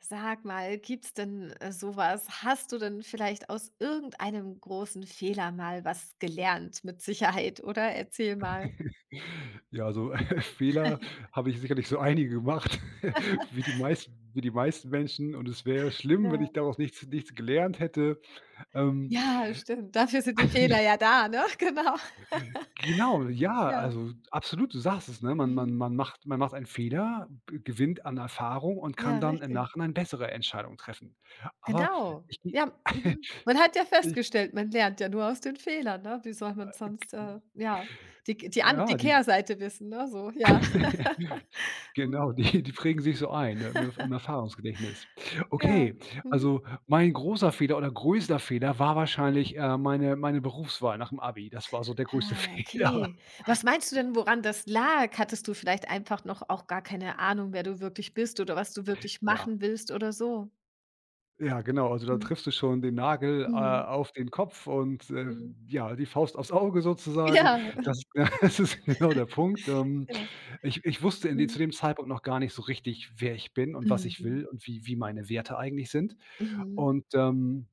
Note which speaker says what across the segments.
Speaker 1: Sag mal, gibt's denn sowas? Hast du denn vielleicht aus irgendeinem großen Fehler mal was gelernt mit Sicherheit, oder? Erzähl mal.
Speaker 2: Ja, also Fehler habe ich sicherlich so einige gemacht, wie die meisten Menschen und es wäre schlimm, wenn
Speaker 1: Ja.
Speaker 2: ich daraus nichts gelernt hätte. Ähm,
Speaker 1: Ja, stimmt. Dafür sind die Fehler ja da, ne? Genau.
Speaker 2: genau, ja,
Speaker 1: Ja.
Speaker 2: also absolut, du sagst es, ne? Man man
Speaker 1: Mhm.
Speaker 2: man macht man macht einen Fehler, b gewinnt an Erfahrung und kann
Speaker 1: Ja,
Speaker 2: dann im
Speaker 1: richtig.
Speaker 2: Nachhinein bessere Entscheidungen treffen. Aber
Speaker 1: Genau.
Speaker 2: ich
Speaker 1: Ja, mhm. Man hat ja festgestellt, man lernt ja nur aus den Fehlern, ne? Wie soll man sonst, ja, die, die an
Speaker 2: ja,
Speaker 1: die
Speaker 2: die
Speaker 1: Kehrseite wissen, ne? So, ja.
Speaker 2: Genau,
Speaker 1: Mhm.
Speaker 2: die die prägen sich so ein, ne, im Erfahrungsgedächtnis.
Speaker 1: Ja.
Speaker 2: Okay,
Speaker 1: Mhm.
Speaker 2: also mein großer Fehler oder größter Fehler war wahrscheinlich, meine Berufswahl nach'm Abi. Das war so der größte
Speaker 1: Ah,
Speaker 2: Fehler.
Speaker 1: okay. Was meinst du denn, woran das lag? Hattest du vielleicht einfach noch auch gar keine Ahnung, wer du wirklich bist oder was du wirklich
Speaker 2: Ja,
Speaker 1: machen willst oder so?
Speaker 2: ja, genau. Also da
Speaker 1: Mhm.
Speaker 2: triffst du schon den Nagel,
Speaker 1: Mhm.
Speaker 2: auf den Kopf und,
Speaker 1: Mhm.
Speaker 2: ja, die Faust aufs Auge sozusagen.
Speaker 1: Ja,
Speaker 2: Das das ist genau der Punkt.
Speaker 1: ja.
Speaker 2: Ich wusste in de
Speaker 1: Mhm.
Speaker 2: zu dem Zeitpunkt noch gar nicht so richtig, wer ich bin und was ich
Speaker 1: Mhm.
Speaker 2: will und wie meine Werte eigentlich sind.
Speaker 1: Mhm.
Speaker 2: Und,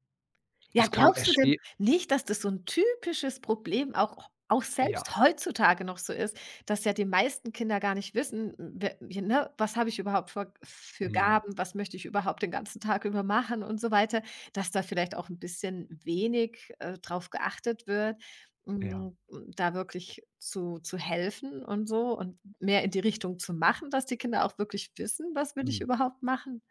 Speaker 1: Ja,
Speaker 2: Es kam
Speaker 1: glaubst du denn
Speaker 2: erschwe
Speaker 1: nicht, dass das so 'n typisches Problem auch
Speaker 2: ja.
Speaker 1: selbst heutzutage noch so ist, dass ja die meisten Kinder gar nicht wissen, w w ne, was habe ich überhaupt für
Speaker 2: Mhm.
Speaker 1: Gaben, was möchte ich überhaupt den ganzen Tag über machen und so weiter, dass da vielleicht auch 'n bisschen wenig, drauf geachtet wird,
Speaker 2: Ja.
Speaker 1: hm, da wirklich zu helfen und so und mehr in die Richtung zu machen, dass die Kinder auch wirklich wissen: „Was will ich
Speaker 2: Mhm.
Speaker 1: überhaupt machen?“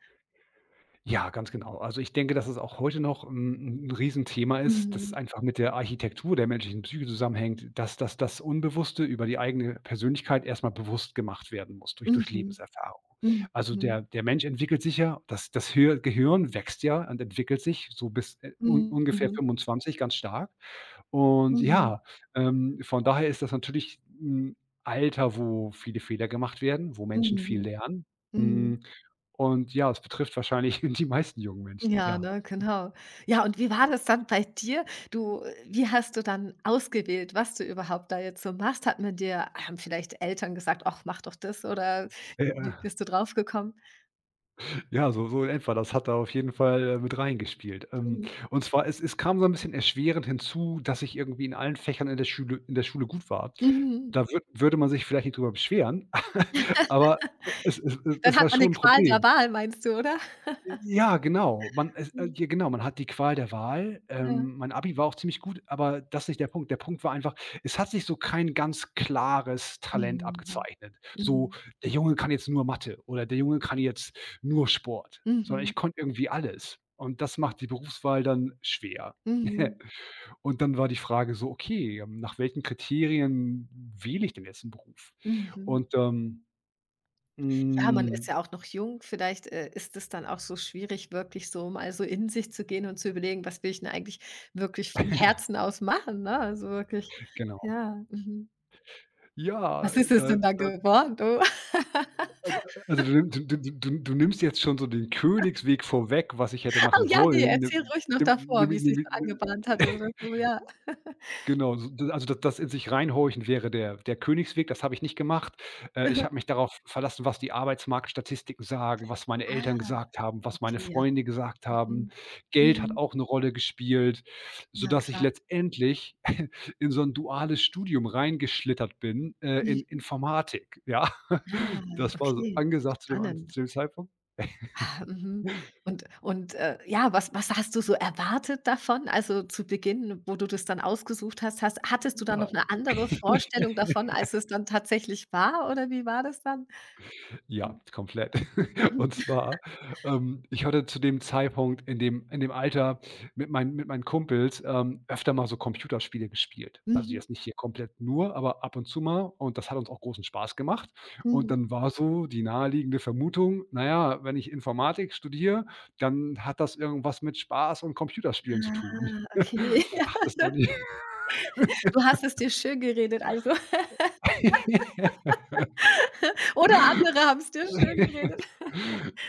Speaker 2: Ja, ganz genau. Also, ich denke, dass es auch heute noch 'n Riesenthema ist, das
Speaker 1: Mhm.
Speaker 2: einfach mit der Architektur der menschlichen Psyche zusammenhängt, dass das Unbewusste über die eigene Persönlichkeit erst mal bewusst gemacht werden muss durch
Speaker 1: Mhm.
Speaker 2: Lebenserfahrung.
Speaker 1: Mhm.
Speaker 2: Also, der der Mensch entwickelt sich ja das das Hir Gehirn wächst ja und entwickelt sich so bis, un
Speaker 1: Mhm.
Speaker 2: ungefähr
Speaker 1: Mhm.
Speaker 2: 25 ganz stark. Und
Speaker 1: Mhm.
Speaker 2: ja, von daher ist das natürlich 'n Alter, wo viele Fehler gemacht werden, wo Menschen viel
Speaker 1: Mhm.
Speaker 2: lernen.
Speaker 1: Mhm.
Speaker 2: Hm, und ja, es betrifft wahrscheinlich die meisten jungen Menschen,
Speaker 1: Ja,
Speaker 2: ja.
Speaker 1: ne, genau. Ja, und wie war das dann bei dir? Du Wie hast du dann ausgewählt, was du überhaupt da jetzt so machst? Hat man dir Haben vielleicht Eltern gesagt: „Ach, mach doch das“, oder wie
Speaker 2: Ja,
Speaker 1: bist du drauf gekommen?
Speaker 2: ja, so in etwa. Das hat da auf jeden Fall, mit reingespielt.
Speaker 1: Mhm.
Speaker 2: Und zwar es kam so 'n bisschen erschwerend hinzu, dass ich irgendwie in allen Fächern in der Schule gut war.
Speaker 1: Mhm.
Speaker 2: Da würde man sich vielleicht nicht drüber beschweren, aber es
Speaker 1: Dann
Speaker 2: es war
Speaker 1: hat man die
Speaker 2: schon 'n
Speaker 1: Qual der
Speaker 2: Problem.
Speaker 1: Wahl, meinst du, oder?
Speaker 2: Ja, genau. Man es
Speaker 1: Mhm.
Speaker 2: ja genau, man hat die Qual der Wahl.
Speaker 1: Ja.
Speaker 2: Mein Abi war auch ziemlich gut, aber das ist nicht der Punkt. Der Punkt war einfach, es hat sich so kein ganz klares Talent
Speaker 1: Mhm.
Speaker 2: abgezeichnet. So,
Speaker 1: Mhm.
Speaker 2: der Junge kann jetzt nur Mathe oder der Junge kann jetzt nur Sport, sondern
Speaker 1: Mhm.
Speaker 2: ich konnte irgendwie alles. Und das macht die Berufswahl dann schwer.
Speaker 1: Mhm.
Speaker 2: Und dann war die Frage so: „Okay, nach welchen Kriterien wähle ich denn jetzt 'n Beruf?“
Speaker 1: Mhm. Mhm.
Speaker 2: Und,
Speaker 1: Ja, man
Speaker 2: hm,
Speaker 1: ist ja auch noch jung. Vielleicht, ist es dann auch so schwierig, wirklich so mal so in sich zu gehen und zu überlegen: „Was will ich denn eigentlich wirklich von Herzen aus machen“, ne? Also wirklich,
Speaker 2: genau.
Speaker 1: ja, mhm.
Speaker 2: Ja,
Speaker 1: Was ist es
Speaker 2: da
Speaker 1: denn da
Speaker 2: da
Speaker 1: geworden, du?
Speaker 2: also, du nimm du du du du nimmst jetzt schon so den Königsweg vorweg, was ich hätte
Speaker 1: Oh
Speaker 2: machen
Speaker 1: ja,
Speaker 2: sollen.
Speaker 1: nee. Erzähl ruhig noch
Speaker 2: Nimm
Speaker 1: davor,
Speaker 2: nimm
Speaker 1: wie es
Speaker 2: nimm
Speaker 1: sich so
Speaker 2: nimm,
Speaker 1: angebahnt hat oder so, ja.
Speaker 2: Genau, so d also, das das in sich reinhorchen wäre der der Königsweg, das habe ich nicht gemacht. Ich habe mich darauf verlassen, was die Arbeitsmarktstatistiken sagen, was meine Eltern
Speaker 1: Ah,
Speaker 2: gesagt haben, was meine
Speaker 1: okay, ja.
Speaker 2: Freunde gesagt haben.
Speaker 1: Mhm.
Speaker 2: Geld hat
Speaker 1: Mhm.
Speaker 2: auch 'ne Rolle gespielt,
Speaker 1: Ja,
Speaker 2: sodass ich
Speaker 1: klar.
Speaker 2: letztendlich in so 'n duales Studium reingeschlittert bin, in
Speaker 1: Mhm.
Speaker 2: Informatik, ja.
Speaker 1: Ah,
Speaker 2: Das war so
Speaker 1: okay.
Speaker 2: angesagt
Speaker 1: Spannend.
Speaker 2: zu dem Zeitpunkt.
Speaker 1: Ah, mhm. Und ja, was hast du so erwartet davon? Also, zu Beginn, wo du das dann ausgesucht hast, hattest du da
Speaker 2: Ja.
Speaker 1: noch eine andere Vorstellung davon, als es dann tatsächlich war, oder wie war das dann?
Speaker 2: Ja,
Speaker 1: Mhm,
Speaker 2: komplett. Und
Speaker 1: mhm,
Speaker 2: zwar, ich hatte zu dem Zeitpunkt in dem Alter mit meinen Kumpels, öfter mal so Computerspiele gespielt. Also
Speaker 1: mhm.
Speaker 2: jetzt nicht hier komplett nur, aber ab und zu mal und das hat uns auch großen Spaß gemacht. Und
Speaker 1: Mhm.
Speaker 2: dann war so die naheliegende Vermutung: Naja, wenn ich Informatik studiere, dann hat das irgendwas mit Spaß und Computerspielen zu
Speaker 1: Ah,
Speaker 2: tun.“
Speaker 1: okay.
Speaker 2: Hat es aber nicht.
Speaker 1: Du hast es dir schön geredet also, oder andere haben es dir schön geredet.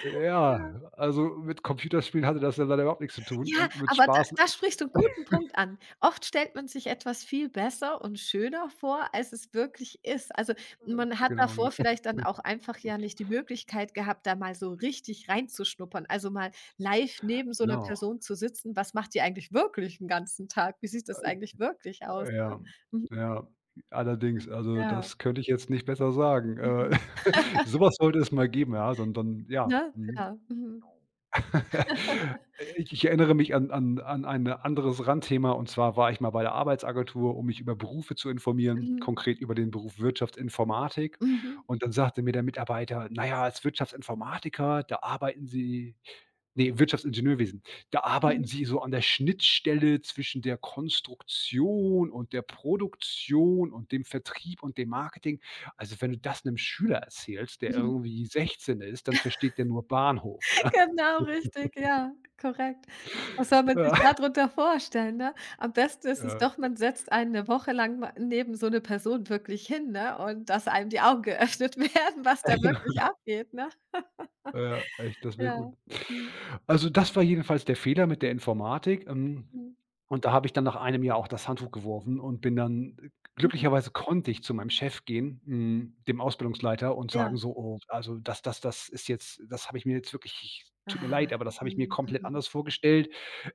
Speaker 2: Ja, also mit Computerspielen hatte das ja leider überhaupt nichts zu tun
Speaker 1: Ja,
Speaker 2: und mit
Speaker 1: aber da
Speaker 2: Spaß
Speaker 1: da sprichst du 'n guten Punkt an. Oft stellt man sich etwas viel besser und schöner vor, als es wirklich ist. Also, man hat
Speaker 2: genau, ja,
Speaker 1: davor vielleicht dann auch einfach ja nicht die Möglichkeit gehabt, da mal so richtig reinzuschnuppern, also mal live neben so einer
Speaker 2: genau.
Speaker 1: Person zu sitzen. Was macht die eigentlich wirklich 'n ganzen Tag? Wie sieht das eigentlich wirklich aus, ne?
Speaker 2: Ja,
Speaker 1: Mhm,
Speaker 2: ja, allerdings, also
Speaker 1: ja,
Speaker 2: das könnte ich jetzt nicht besser sagen.
Speaker 1: mhm,
Speaker 2: So sollte es mal geben, ja, so 'n so ja,
Speaker 1: ne?
Speaker 2: mhm.
Speaker 1: Ja, mhm,
Speaker 2: Ich erinnere mich an ein anderes Randthema und zwar war ich mal bei der Arbeitsagentur, um mich über Berufe zu informieren,
Speaker 1: mhm,
Speaker 2: konkret über den Beruf Wirtschaftsinformatik.
Speaker 1: mhm,
Speaker 2: Und dann sagte mir der Mitarbeiter: „Naja, als Wirtschaftsinformatiker, da arbeiten Sie“ nee, Wirtschaftsingenieurwesen: „Da arbeiten
Speaker 1: mhm,
Speaker 2: Sie so an der Schnittstelle zwischen der Konstruktion und der Produktion und dem Vertrieb und dem Marketing.“ Also, wenn du das einem Schüler erzählst, der
Speaker 1: mhm.
Speaker 2: irgendwie 16 ist, dann versteht der nur Bahnhof, ne?
Speaker 1: Genau, richtig, ja, korrekt. Was soll man sich da drunter vorstellen, ne? Am besten ist es
Speaker 2: Ja.
Speaker 1: doch, man setzt einen 'ne Woche lang ma neben so 'ne Person wirklich hin, ne, und dass einem die Augen geöffnet werden, was da
Speaker 2: Ja,
Speaker 1: wirklich abgeht, ne?
Speaker 2: ja, echt, das wäre
Speaker 1: Ja.
Speaker 2: gut.
Speaker 1: Mhm.
Speaker 2: Also, das war jedenfalls der Fehler mit der
Speaker 1: Mhm.
Speaker 2: Informatik,
Speaker 1: Mhm.
Speaker 2: und da habe ich dann nach einem Jahr auch das Handtuch geworfen und bin dann
Speaker 1: Mhm.
Speaker 2: glücklicherweise konnte ich zu meinem Chef gehen, hm, dem Ausbildungsleiter und
Speaker 1: Ja.
Speaker 2: sagen so: „Oh, also das das ist jetzt das habe ich mir jetzt wirklich tut mir leid,
Speaker 1: Ah.
Speaker 2: aber das habe ich mir
Speaker 1: Mhm.
Speaker 2: komplett
Speaker 1: Mhm.
Speaker 2: anders vorgestellt.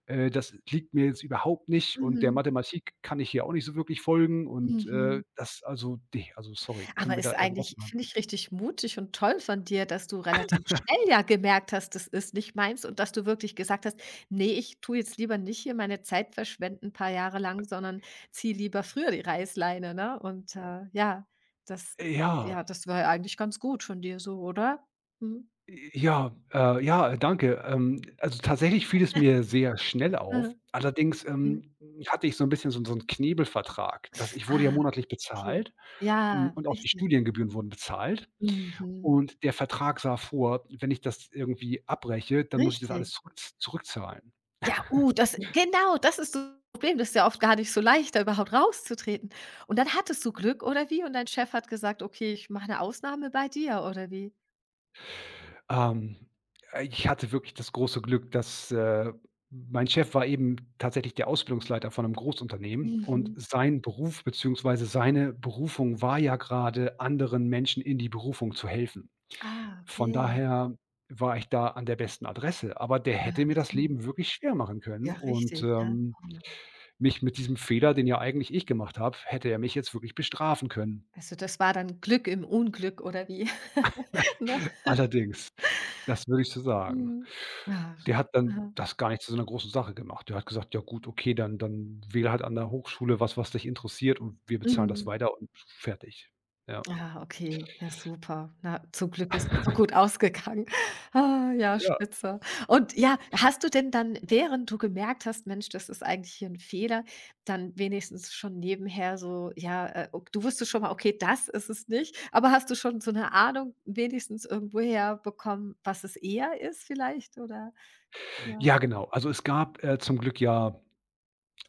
Speaker 2: Das liegt mir jetzt überhaupt nicht und der
Speaker 1: Mhm.
Speaker 2: Mathematik kann ich hier auch nicht so wirklich folgen und,
Speaker 1: Mhm.
Speaker 2: das also, ne, also sorry, können
Speaker 1: Aber
Speaker 2: wir
Speaker 1: ist
Speaker 2: da
Speaker 1: eigentlich,
Speaker 2: irgendwas machen?“
Speaker 1: finde ich, richtig mutig und toll von dir, dass du relativ schnell ja gemerkt hast, das ist nicht meins, und dass du wirklich gesagt hast: „Nee, ich tue jetzt lieber nicht hier meine Zeit verschwenden 'n paar Jahre lang, sondern ziehe lieber früher die Reißleine“, ne? Und, ja, das
Speaker 2: Ja,
Speaker 1: ja, das war ja eigentlich ganz gut von dir so, oder? Mhm.
Speaker 2: ja, ja, danke. Also, tatsächlich fiel es mir sehr schnell auf.
Speaker 1: Ja.
Speaker 2: Allerdings,
Speaker 1: Mhm.
Speaker 2: hatte ich so ein bisschen so 'n Knebelvertrag, dass ich wurde ja
Speaker 1: Ah,
Speaker 2: monatlich
Speaker 1: okay.
Speaker 2: bezahlt, hm,
Speaker 1: Ja,
Speaker 2: und auch die
Speaker 1: richtig.
Speaker 2: Studiengebühren wurden bezahlt.
Speaker 1: Mhm.
Speaker 2: Und der Vertrag sah vor, wenn ich das irgendwie abbreche, dann muss ich das alles
Speaker 1: Richtig.
Speaker 2: zurückzahlen.
Speaker 1: Ja, das genau, das ist das Problem. Das ist ja oft gar nicht so leicht, da überhaupt rauszutreten. Und dann hattest du Glück, oder wie? Und dein Chef hat gesagt: „Okay, ich mache 'ne Ausnahme bei dir“, oder wie?
Speaker 2: Ähm, ich hatte wirklich das große Glück, dass, mein Chef war eben tatsächlich der Ausbildungsleiter von 'nem Großunternehmen und
Speaker 1: Mhm.
Speaker 2: sein Beruf beziehungsweise seine Berufung war ja gerade anderen Menschen in die Berufung zu helfen.
Speaker 1: Ah,
Speaker 2: Von
Speaker 1: okay.
Speaker 2: daher war ich da an der besten Adresse, aber der hätte
Speaker 1: Ja,
Speaker 2: mir das
Speaker 1: mhm.
Speaker 2: Leben wirklich schwer machen
Speaker 1: Ja,
Speaker 2: können und,
Speaker 1: richtig, ne? Oh.
Speaker 2: mich mit diesem Fehler, den ja eigentlich ich gemacht habe, hätte er mich jetzt wirklich bestrafen können.
Speaker 1: Also, das war dann Glück im Unglück, oder wie? Ne?
Speaker 2: Allerdings, das würde ich so sagen.
Speaker 1: Mhm. Ach.
Speaker 2: Der hat dann
Speaker 1: Aha.
Speaker 2: das gar nicht zu so 'ner großen Sache gemacht. Der hat gesagt: „Ja gut, okay, dann wähle halt an der Hochschule was, was dich interessiert und wir bezahlen das
Speaker 1: Mhm.
Speaker 2: weiter und fertig.“ Ja.
Speaker 1: Ah, okay, ja, super. Na, zum Glück ist das so gut ausgegangen. Ah, ja,
Speaker 2: Ja.
Speaker 1: spitze. Und ja, hast du denn dann, während du gemerkt hast: „Mensch, das ist eigentlich hier ein Fehler“, dann wenigstens schon nebenher so, ja, ok, du wusstest schon mal: „Okay, das ist es nicht“, aber hast du schon so eine Ahnung wenigstens irgendwoher bekommen, was es eher ist vielleicht oder ja?
Speaker 2: Ja, genau. Also, es gab, zum Glück ja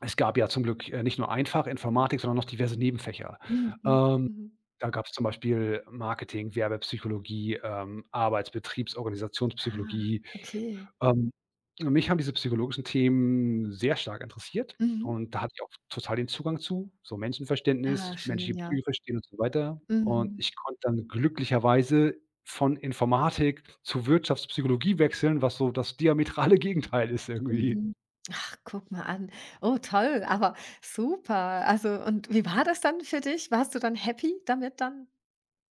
Speaker 2: es gab ja zum Glück, nicht nur ein Fach Informatik, sondern noch diverse Nebenfächer.
Speaker 1: Mhm, mhm,
Speaker 2: Ähm,
Speaker 1: mhm.
Speaker 2: da gab's zum Beispiel Marketing, Werbepsychologie, Arbeits Betriebs
Speaker 1: Ah,
Speaker 2: Organisationspsychologie.
Speaker 1: okay.
Speaker 2: Ähm, mich haben diese psychologischen Themen sehr stark interessiert
Speaker 1: Mhm.
Speaker 2: und da hatte ich auch total den Zugang zu, so
Speaker 1: Ah,
Speaker 2: Menschenverständnis,
Speaker 1: schön,
Speaker 2: menschliche
Speaker 1: ja.
Speaker 2: Psyche verstehen und so weiter. Und
Speaker 1: Mhm.
Speaker 2: ich konnte dann glücklicherweise von Informatik zu Wirtschaftspsychologie wechseln, was so das diametrale Gegenteil ist irgendwie.
Speaker 1: Mhm. Ach, guck mal an. Oh, toll, aber super. Also, und wie war das dann für dich? Warst du dann happy damit dann?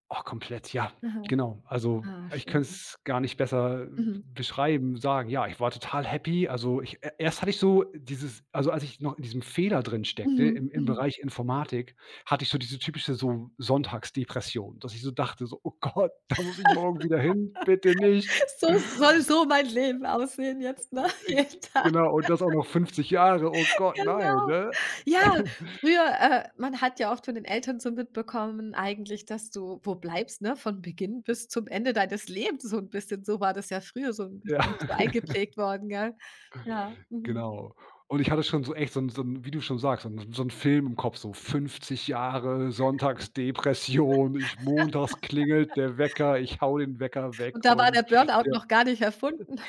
Speaker 2: Oh, komplett, ja,
Speaker 1: Aha.
Speaker 2: genau. Also,
Speaker 1: Ah,
Speaker 2: ich
Speaker 1: schön.
Speaker 2: könnte es gar nicht besser
Speaker 1: Mhm.
Speaker 2: beschreiben, sagen. Ja, ich war total happy. Also, ich e erst hatte ich so dieses also, als ich noch in diesem Fehler drin steckte
Speaker 1: Mhm.
Speaker 2: im
Speaker 1: Mhm.
Speaker 2: Bereich Informatik, hatte ich so diese typische so Sonntagsdepression, dass ich so dachte so: „Oh Gott, da muss ich morgen wieder hin, bitte nicht.“
Speaker 1: So soll so mein Leben aussehen jetzt, ne?
Speaker 2: Äh,
Speaker 1: Jeden Tag.
Speaker 2: genau, und das auch noch 50 Jahre. Oh Gott, nein,
Speaker 1: Genau.
Speaker 2: ne?
Speaker 1: Ja, früher, man hat ja oft von den Eltern so mitbekommen eigentlich, dass du, wo bleibst, ne, von Beginn bis zum Ende deines Lebens so ein bisschen. So war das ja früher so ein
Speaker 2: Ja.
Speaker 1: bisschen noch so eingeprägt worden, gell? Ja, mhm.
Speaker 2: Genau. Und ich hatte schon so echt so 'n wie du schon sagst, so 'n Film im Kopf, so 50 Jahre Sonntagsdepression, ich montags klingelt der Wecker, ich hau den Wecker weg
Speaker 1: Und da war
Speaker 2: und
Speaker 1: der Burnout
Speaker 2: der
Speaker 1: noch gar nicht erfunden.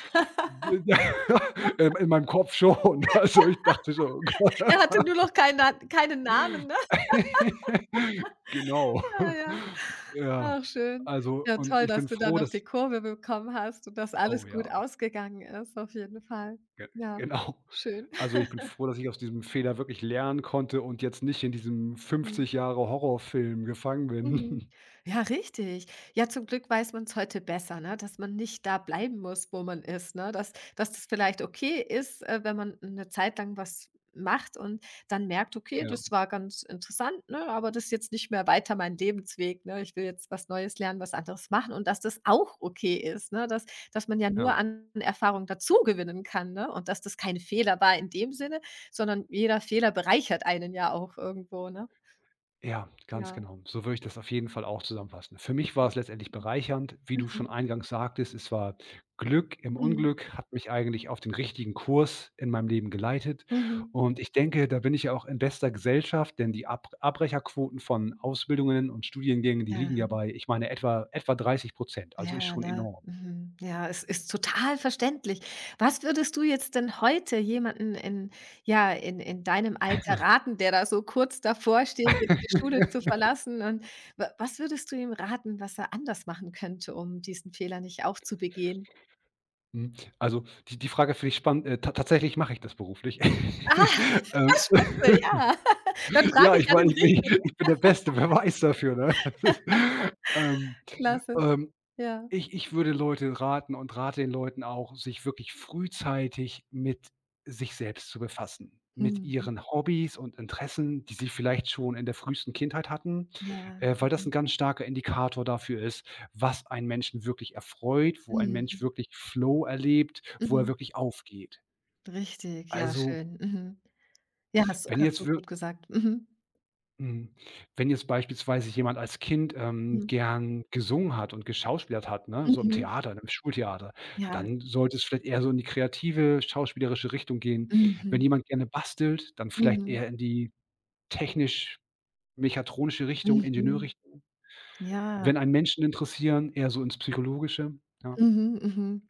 Speaker 2: d ja, in meinem Kopf schon. Also, ich dachte so: „Oh Gott.“
Speaker 1: Er hatte nur noch keinen keinen Namen, ne?
Speaker 2: Genau.
Speaker 1: Ja, ja.
Speaker 2: Ja,
Speaker 1: Ach, schön.
Speaker 2: also
Speaker 1: Ja,
Speaker 2: und
Speaker 1: toll,
Speaker 2: ich
Speaker 1: dass
Speaker 2: bin
Speaker 1: du da
Speaker 2: froh,
Speaker 1: noch
Speaker 2: dass
Speaker 1: die Kurve bekommen hast und dass
Speaker 2: oh
Speaker 1: alles
Speaker 2: ja.
Speaker 1: gut ausgegangen ist, auf jeden Fall.
Speaker 2: Ge
Speaker 1: Ja,
Speaker 2: Genau.
Speaker 1: schön.
Speaker 2: Also, ich bin froh, dass ich aus diesem Fehler wirklich lernen konnte und jetzt nicht in diesem
Speaker 1: Mhm.
Speaker 2: 50 Jahre Horrorfilm gefangen
Speaker 1: Mhm.
Speaker 2: bin.
Speaker 1: Ja, richtig. Ja, zum Glück weiß man es heute besser, ne, dass man nicht da bleiben muss, wo man ist, ne? Dass das vielleicht okay ist, wenn man eine Zeit lang was macht und dann merkt: „Okay,
Speaker 2: Ja,
Speaker 1: das war ganz interessant, ne, aber das ist jetzt nicht mehr weiter mein Lebensweg, ne? Ich will jetzt was Neues lernen, was anderes machen“, und dass das auch okay ist, ne? Dass man ja nur
Speaker 2: ja.
Speaker 1: an Erfahrung dazu gewinnen kann, ne? Und dass das kein Fehler war in dem Sinne, sondern jeder Fehler bereichert einen ja auch irgendwo, ne?
Speaker 2: Ja, ganz
Speaker 1: Ja.
Speaker 2: genau. So würde ich das auf jeden Fall auch zusammenfassen. Für mich war es letztendlich
Speaker 1: Mhm.
Speaker 2: bereichernd, wie du schon
Speaker 1: Mhm.
Speaker 2: eingangs sagtest, es war Glück im
Speaker 1: Mhm.
Speaker 2: Unglück, hat mich eigentlich auf den richtigen Kurs in meinem Leben geleitet
Speaker 1: Mhm.
Speaker 2: und ich denke, da bin ich ja auch in bester Gesellschaft, denn die Ab Abbrecherquoten von Ausbildungen und Studiengängen, die
Speaker 1: Ja,
Speaker 2: liegen ja bei ich meine, etwa 30%. Also ist
Speaker 1: ja,
Speaker 2: schon
Speaker 1: ne?
Speaker 2: enorm.
Speaker 1: Mhm. Ja, es ist total verständlich. Was würdest du jetzt denn heute jemanden in, ja, in deinem Alter raten, der da so kurz davor steht, jetzt die Schule zu verlassen und wa was würdest du ihm raten, was er anders machen könnte, um diesen Fehler nicht auch zu begehen?
Speaker 2: Mhm. Also, die die Frage finde ich spannend. Ta tatsächlich mache ich das beruflich.
Speaker 1: Ah,
Speaker 2: Ähm,
Speaker 1: spitze, ja. Dann
Speaker 2: ja,
Speaker 1: frage ich
Speaker 2: ich
Speaker 1: ja
Speaker 2: meine,
Speaker 1: den Richtigen.
Speaker 2: ich bin der beste Beweis dafür, ne? ähm,
Speaker 1: Klasse,
Speaker 2: ähm
Speaker 1: ja.
Speaker 2: ich würde Leute raten und rate den Leuten auch, sich wirklich frühzeitig mit sich selbst zu befassen, mit
Speaker 1: Mhm.
Speaker 2: ihren Hobbys und Interessen, die sie vielleicht schon in der frühesten Kindheit hatten,
Speaker 1: Ja,
Speaker 2: weil das ein
Speaker 1: mhm.
Speaker 2: ganz starker Indikator dafür ist, was einen Menschen wirklich erfreut, wo ein Mensch
Speaker 1: Mhm.
Speaker 2: wirklich Flow erlebt, wo er
Speaker 1: Mhm.
Speaker 2: wirklich aufgeht.
Speaker 1: Richtig, ja,
Speaker 2: Also,
Speaker 1: schön. Mhm. Ja, hast du
Speaker 2: wenn
Speaker 1: hast
Speaker 2: jetzt
Speaker 1: du
Speaker 2: wir
Speaker 1: gut gesagt. Mhm.
Speaker 2: Mhm. Wenn jetzt beispielsweise jemand als Kind,
Speaker 1: Mhm.
Speaker 2: gern gesungen hat und geschauspielert hat, ne, so im
Speaker 1: Mhm.
Speaker 2: Theater, im Schultheater,
Speaker 1: Ja.
Speaker 2: dann sollte es vielleicht eher so in die kreative, schauspielerische Richtung gehen. Wenn
Speaker 1: Mhm.
Speaker 2: jemand gerne bastelt, dann vielleicht
Speaker 1: Mhm.
Speaker 2: eher in die technisch-mechatronische Richtung,
Speaker 1: Mhm.
Speaker 2: Ingenieurrichtung.
Speaker 1: Ja.
Speaker 2: Wenn einen Menschen interessieren, eher so ins Psychologische, ja.
Speaker 1: Mhm, mhm.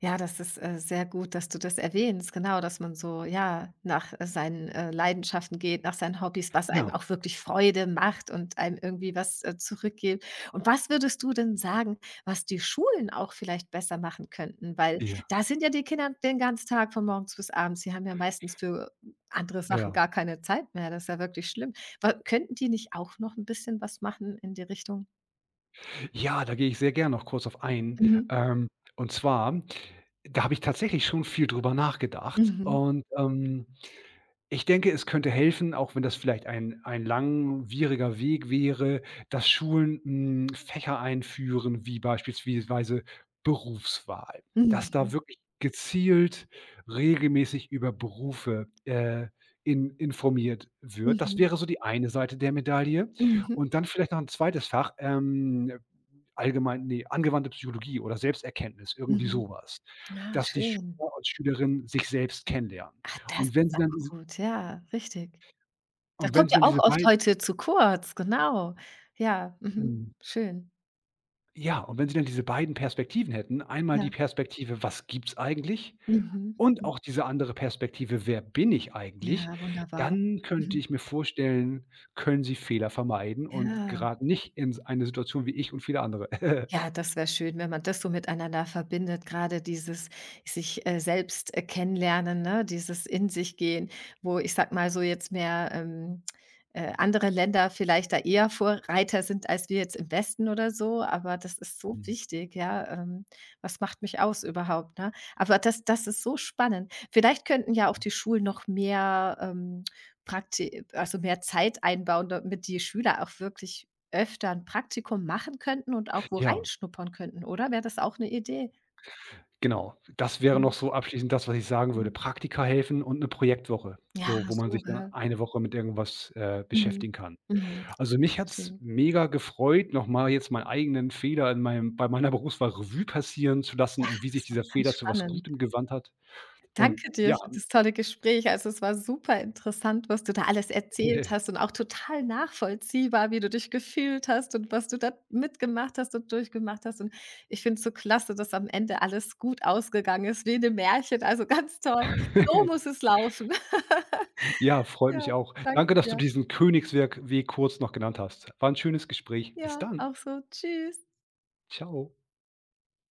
Speaker 1: Ja, das ist, sehr gut, dass du das erwähnst, genau, dass man so, ja, nach, seinen, Leidenschaften geht, nach seinen Hobbys, was einem
Speaker 2: Ja,
Speaker 1: auch wirklich Freude macht und einem irgendwie was, zurückgibt. Und was würdest du denn sagen, was die Schulen auch vielleicht besser machen könnten? Weil
Speaker 2: ja,
Speaker 1: da sind ja die Kinder den ganzen Tag von morgens bis abends. Sie haben ja meistens für andere Sachen
Speaker 2: ja.
Speaker 1: gar keine Zeit mehr. Das ist ja wirklich schlimm. Wa könnten die nicht auch noch ein bisschen was machen in die Richtung?
Speaker 2: Ja, da gehe ich sehr gern noch kurz auf ein.
Speaker 1: Mhm.
Speaker 2: Ähm, und zwar, da habe ich tatsächlich schon viel drüber nachgedacht
Speaker 1: Mhm.
Speaker 2: und, Ich denke, es könnte helfen, auch wenn das vielleicht ein langwieriger Weg wäre, dass Schulen, hm, Fächer einführen, wie beispielsweise Berufswahl.
Speaker 1: Mhm.
Speaker 2: Dass da
Speaker 1: Mhm.
Speaker 2: wirklich gezielt regelmäßig über Berufe, in informiert wird. Das
Speaker 1: Mhm.
Speaker 2: wäre so die eine Seite der Medaille.
Speaker 1: Mhm.
Speaker 2: Und dann vielleicht noch ein zweites Fach, allgemein ne, angewandte Psychologie oder Selbsterkenntnis, irgendwie
Speaker 1: Mhm.
Speaker 2: sowas.
Speaker 1: Ah,
Speaker 2: Dass die
Speaker 1: schön.
Speaker 2: Schüler und Schülerinnen sich selbst kennenlernen.
Speaker 1: Ah, das
Speaker 2: Und wenn
Speaker 1: ist
Speaker 2: sie dann
Speaker 1: auch gut, ja, richtig. Das
Speaker 2: und wenn
Speaker 1: kommt
Speaker 2: sie
Speaker 1: ja
Speaker 2: dann
Speaker 1: auch
Speaker 2: diese
Speaker 1: oft
Speaker 2: beiden,
Speaker 1: heute zu kurz, genau. Ja, mhm,
Speaker 2: mhm.
Speaker 1: schön.
Speaker 2: Ja, und wenn sie dann diese beiden Perspektiven hätten, einmal die
Speaker 1: Ja.
Speaker 2: Perspektive: „Was gibt's eigentlich?“
Speaker 1: Mhm,
Speaker 2: und
Speaker 1: mhm.
Speaker 2: auch diese andere Perspektive: „Wer bin ich eigentlich?“,
Speaker 1: Ja, wunderbar.
Speaker 2: dann könnte
Speaker 1: Mhm.
Speaker 2: ich mir vorstellen, können sie Fehler vermeiden und
Speaker 1: Ja.
Speaker 2: geraten nicht in s eine Situation wie ich und viele andere.
Speaker 1: Ja, das wäre schön, wenn man das so miteinander verbindet, gerade dieses sich, selbst, kennenlernen, ne, dieses in sich gehen, wo ich, sag mal, so jetzt mehr, andere Länder vielleicht da eher Vorreiter sind als wir jetzt im Westen oder so, aber das ist so
Speaker 2: Mhm.
Speaker 1: wichtig, ja. Was macht mich aus überhaupt, ne? Aber das ist so spannend. Vielleicht könnten ja auch die Schulen noch mehr, Prakti also mehr Zeit einbauen, damit die Schüler auch wirklich öfter ein Praktikum machen könnten und auch wo
Speaker 2: Ja,
Speaker 1: reinschnuppern könnten, oder? Wäre das auch 'ne Idee?
Speaker 2: genau. Das wäre noch
Speaker 1: Mhm,
Speaker 2: so abschließend das, was ich sagen würde.
Speaker 1: mhm.
Speaker 2: Praktika helfen und 'ne Projektwoche,
Speaker 1: Ja,
Speaker 2: so, wo man
Speaker 1: so,
Speaker 2: sich dann
Speaker 1: gell?
Speaker 2: eine Woche mit irgendwas,
Speaker 1: Mhm,
Speaker 2: beschäftigen kann.
Speaker 1: mhm,
Speaker 2: Also, mich hat's
Speaker 1: schön.
Speaker 2: mega gefreut, noch mal jetzt meinen eigenen Fehler in meinem bei meiner Berufswahl Revue passieren zu lassen
Speaker 1: Ah,
Speaker 2: und wie sich
Speaker 1: das war
Speaker 2: dieser
Speaker 1: ganz
Speaker 2: Fehler zu was
Speaker 1: spannend.
Speaker 2: Gutem gewandt hat. Und
Speaker 1: Danke dir
Speaker 2: ja,
Speaker 1: für das tolle Gespräch. Also, es war super interessant, was du da alles erzählt hast und auch total nachvollziehbar, wie du dich gefühlt hast und was du da mitgemacht hast und durchgemacht hast. Und ich finde es so klasse, dass am Ende alles gut ausgegangen ist, wie in 'nem Märchen. Also, ganz toll. So muss es laufen.
Speaker 2: ja, freut
Speaker 1: Ja,
Speaker 2: mich auch. Danke,
Speaker 1: danke
Speaker 2: dass du
Speaker 1: dir.
Speaker 2: diesen Königswerk Weg kurz noch genannt hast. War 'n schönes Gespräch. Bis
Speaker 1: Ja,
Speaker 2: dann.
Speaker 1: auch so. Tschüss.
Speaker 2: Ciao.